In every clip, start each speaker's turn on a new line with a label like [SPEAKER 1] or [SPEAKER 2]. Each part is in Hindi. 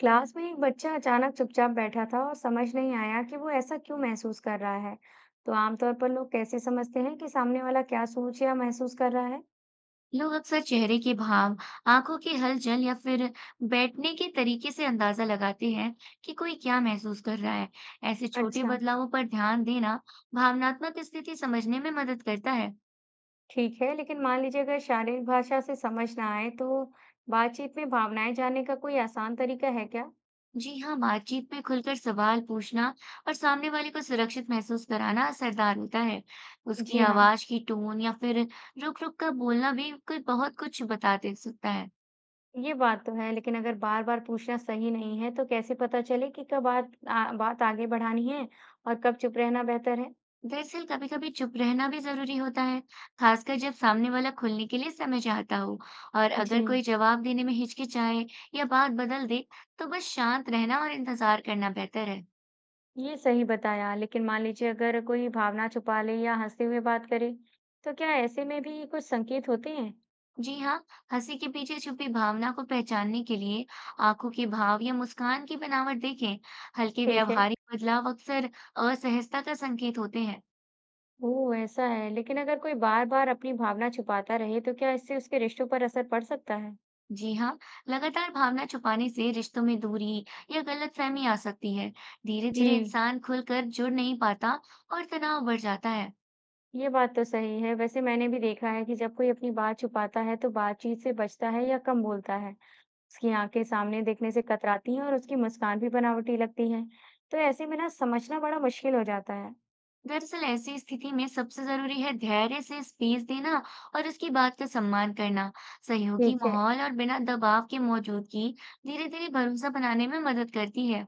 [SPEAKER 1] क्लास में एक बच्चा अचानक चुपचाप बैठा था और समझ नहीं आया कि वो ऐसा क्यों महसूस कर रहा है। तो आमतौर पर लोग कैसे समझते हैं कि सामने वाला क्या सोच या महसूस कर रहा है?
[SPEAKER 2] लोग अक्सर चेहरे के भाव, आंखों की हलचल या फिर बैठने के तरीके से अंदाजा लगाते हैं कि कोई क्या महसूस कर रहा है। ऐसे छोटे
[SPEAKER 1] अच्छा,
[SPEAKER 2] बदलावों पर ध्यान देना भावनात्मक स्थिति समझने में मदद करता है।
[SPEAKER 1] ठीक है, लेकिन मान लीजिए अगर शारीरिक भाषा से समझ ना आए तो बातचीत में भावनाएं जानने का कोई आसान तरीका है क्या?
[SPEAKER 2] जी हाँ, बातचीत में खुलकर सवाल पूछना और सामने वाले को सुरक्षित महसूस कराना असरदार होता है। उसकी
[SPEAKER 1] जी हाँ,
[SPEAKER 2] आवाज की टोन या फिर रुक रुक कर बोलना भी कोई बहुत कुछ बता दे सकता है।
[SPEAKER 1] ये बात तो है, लेकिन अगर बार बार पूछना सही नहीं है तो कैसे पता चले कि कब बात आगे बढ़ानी है और कब चुप रहना बेहतर है?
[SPEAKER 2] दरअसल कभी कभी चुप रहना भी जरूरी होता है, खासकर जब सामने वाला खुलने के लिए समय चाहता हो। और
[SPEAKER 1] जी,
[SPEAKER 2] अगर कोई जवाब देने में हिचकिचाए या बात बदल दे, तो बस शांत रहना और इंतजार करना बेहतर है।
[SPEAKER 1] ये सही बताया लेकिन मान लीजिए अगर कोई भावना छुपा ले या हंसते हुए बात करे तो क्या ऐसे में भी कुछ संकेत होते हैं।
[SPEAKER 2] जी हाँ, हंसी के पीछे छुपी भावना को पहचानने के लिए आंखों के भाव या मुस्कान की बनावट देखें। हल्के
[SPEAKER 1] ठीक है।
[SPEAKER 2] व्यवहारिक बदलाव अक्सर असहजता का संकेत होते हैं।
[SPEAKER 1] वो ऐसा है लेकिन अगर कोई बार बार अपनी भावना छुपाता रहे तो क्या इससे उसके रिश्तों पर असर पड़ सकता है।
[SPEAKER 2] जी हाँ। लगातार भावना छुपाने से रिश्तों में दूरी या गलतफहमी आ सकती है। धीरे धीरे
[SPEAKER 1] जी,
[SPEAKER 2] इंसान खुलकर जुड़ नहीं पाता और तनाव बढ़ जाता है।
[SPEAKER 1] ये बात तो सही है। वैसे मैंने भी देखा है कि जब कोई अपनी बात छुपाता है तो बातचीत से बचता है या कम बोलता है। उसकी आंखें सामने देखने से कतराती हैं और उसकी मुस्कान भी बनावटी लगती है, तो ऐसे में ना समझना बड़ा मुश्किल हो जाता है।
[SPEAKER 2] दरअसल ऐसी स्थिति में सबसे जरूरी है धैर्य से स्पेस देना और उसकी बात का सम्मान करना। सहयोगी
[SPEAKER 1] ठीक है।
[SPEAKER 2] माहौल और बिना दबाव के मौजूदगी धीरे धीरे भरोसा बनाने में मदद करती है।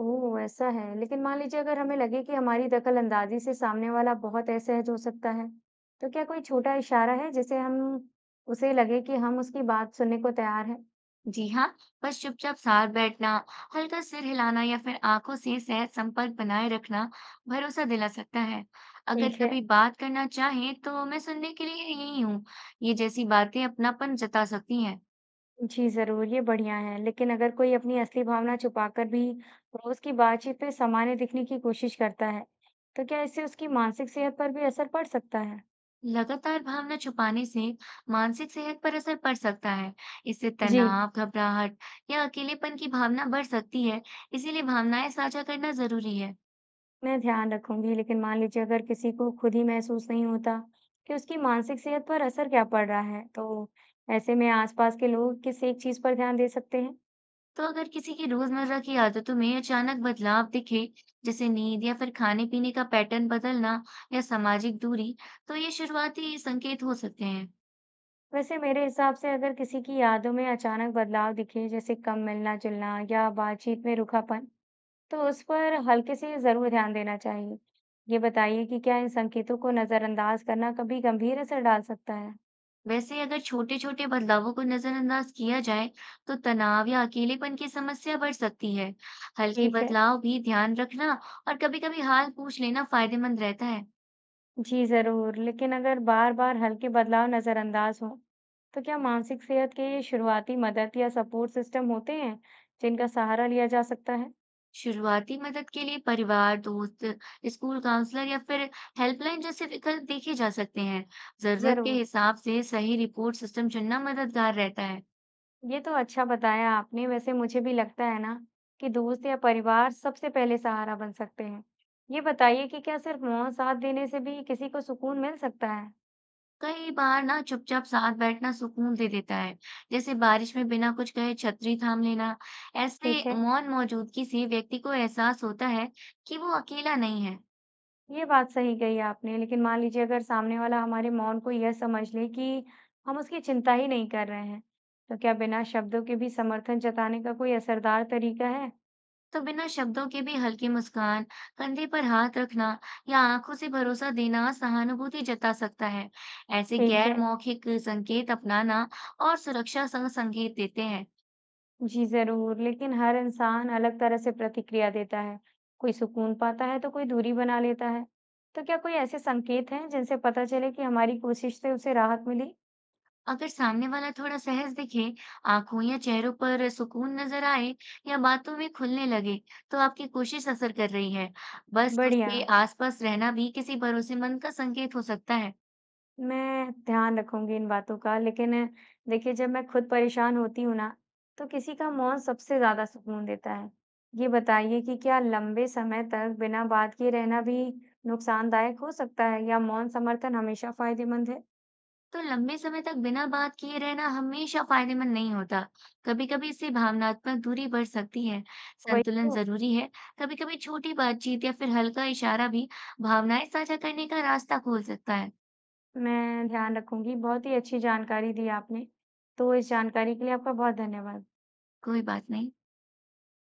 [SPEAKER 1] ओह! ऐसा है। लेकिन मान लीजिए अगर हमें लगे कि हमारी दखल-अंदाज़ी से सामने वाला बहुत असहज हो सकता है, तो क्या कोई छोटा इशारा है जिससे हम उसे लगे कि हम उसकी बात सुनने को तैयार हैं?
[SPEAKER 2] जी हाँ, बस चुपचाप साथ बैठना, हल्का सिर हिलाना या फिर आंखों से सहज संपर्क बनाए रखना भरोसा दिला सकता है। अगर
[SPEAKER 1] ठीक है।
[SPEAKER 2] कभी बात करना चाहे तो मैं सुनने के लिए यही हूँ। ये जैसी बातें अपनापन जता सकती हैं।
[SPEAKER 1] जी, ज़रूर, ये बढ़िया है। लेकिन अगर कोई अपनी असली भावना छुपाकर भी रोज़ की बातचीत में सामान्य दिखने की कोशिश करता है, तो क्या इससे उसकी मानसिक सेहत पर भी असर पड़ सकता है?
[SPEAKER 2] लगातार भावना छुपाने से मानसिक सेहत पर असर पड़ सकता है। इससे
[SPEAKER 1] जी।
[SPEAKER 2] तनाव, घबराहट या अकेलेपन की भावना बढ़ सकती है। इसीलिए भावनाएं साझा करना जरूरी है।
[SPEAKER 1] मैं ध्यान रखूंगी लेकिन मान लीजिए अगर किसी को खुद ही महसूस नहीं होता कि उसकी मानसिक सेहत पर असर क्या पड़ रहा है तो ऐसे में आसपास के लोग किस एक चीज पर ध्यान दे सकते हैं।
[SPEAKER 2] तो अगर किसी की रोजमर्रा की आदतों में अचानक बदलाव दिखे, जैसे नींद या फिर खाने-पीने का पैटर्न बदलना या सामाजिक दूरी, तो ये शुरुआती संकेत हो सकते हैं।
[SPEAKER 1] वैसे मेरे हिसाब से अगर किसी की आदतों में अचानक बदलाव दिखे जैसे कम मिलना जुलना या बातचीत में रूखापन तो उस पर हल्के से जरूर ध्यान देना चाहिए। ये बताइए कि क्या इन संकेतों को नजरअंदाज करना कभी गंभीर असर डाल सकता है।
[SPEAKER 2] वैसे अगर छोटे-छोटे बदलावों को नजरअंदाज किया जाए, तो तनाव या अकेलेपन की समस्या बढ़ सकती है। हल्के
[SPEAKER 1] ठीक है।
[SPEAKER 2] बदलाव भी ध्यान रखना और कभी-कभी हाल पूछ लेना फायदेमंद रहता है।
[SPEAKER 1] जी जरूर, लेकिन अगर बार-बार हल्के बदलाव नजरअंदाज हों, तो क्या मानसिक सेहत के लिए शुरुआती मदद या सपोर्ट सिस्टम होते हैं जिनका सहारा लिया जा सकता है?
[SPEAKER 2] शुरुआती मदद के लिए परिवार, दोस्त, स्कूल काउंसलर या फिर हेल्पलाइन जैसे विकल्प देखे जा सकते हैं। जरूरत के
[SPEAKER 1] जरूर,
[SPEAKER 2] हिसाब से सही रिपोर्ट सिस्टम चुनना मददगार रहता है।
[SPEAKER 1] ये तो अच्छा बताया आपने। वैसे मुझे भी लगता है ना कि दोस्त या परिवार सबसे पहले सहारा बन सकते हैं। ये बताइए कि क्या सिर्फ मौन साथ देने से भी किसी को सुकून मिल सकता है?
[SPEAKER 2] कई बार ना चुपचाप साथ बैठना सुकून दे देता है, जैसे बारिश में बिना कुछ कहे छतरी थाम लेना। ऐसे
[SPEAKER 1] ठीक है।
[SPEAKER 2] मौन मौजूदगी से व्यक्ति को एहसास होता है कि वो अकेला नहीं है।
[SPEAKER 1] ये बात सही कही आपने, लेकिन मान लीजिए अगर सामने वाला हमारे मौन को यह समझ ले कि हम उसकी चिंता ही नहीं कर रहे हैं, तो क्या बिना शब्दों के भी समर्थन जताने का कोई असरदार तरीका है?
[SPEAKER 2] तो बिना शब्दों के भी हल्की मुस्कान, कंधे पर हाथ रखना या आंखों से भरोसा देना सहानुभूति जता सकता है। ऐसे
[SPEAKER 1] ठीक
[SPEAKER 2] गैर
[SPEAKER 1] है,
[SPEAKER 2] मौखिक संकेत अपनाना और सुरक्षा संग संकेत देते हैं।
[SPEAKER 1] जी ज़रूर, लेकिन हर इंसान अलग तरह से प्रतिक्रिया देता है। कोई सुकून पाता है तो कोई दूरी बना लेता है। तो क्या कोई ऐसे संकेत हैं जिनसे पता चले कि हमारी कोशिश से उसे राहत मिली?
[SPEAKER 2] अगर सामने वाला थोड़ा सहज दिखे, आंखों या चेहरों पर सुकून नजर आए या बातों में खुलने लगे, तो आपकी कोशिश असर कर रही है। बस
[SPEAKER 1] बढ़िया।
[SPEAKER 2] उसके आसपास रहना भी किसी भरोसेमंद का संकेत हो सकता है।
[SPEAKER 1] मैं ध्यान रखूंगी इन बातों का लेकिन देखिए, जब मैं खुद परेशान होती हूँ ना तो किसी का मौन सबसे ज्यादा सुकून देता है। ये बताइए कि क्या लंबे समय तक बिना बात किए रहना भी नुकसानदायक हो सकता है या मौन समर्थन हमेशा फायदेमंद है।
[SPEAKER 2] तो लंबे समय तक बिना बात किए रहना हमेशा फायदेमंद नहीं होता। कभी-कभी इससे भावनात्मक दूरी बढ़ सकती है।
[SPEAKER 1] वही
[SPEAKER 2] संतुलन
[SPEAKER 1] तो।
[SPEAKER 2] जरूरी है। कभी-कभी छोटी बातचीत या फिर हल्का इशारा भी भावनाएं साझा करने का रास्ता खोल सकता है।
[SPEAKER 1] मैं ध्यान रखूंगी, बहुत ही अच्छी जानकारी दी आपने, तो इस जानकारी के लिए आपका बहुत धन्यवाद।
[SPEAKER 2] कोई बात नहीं।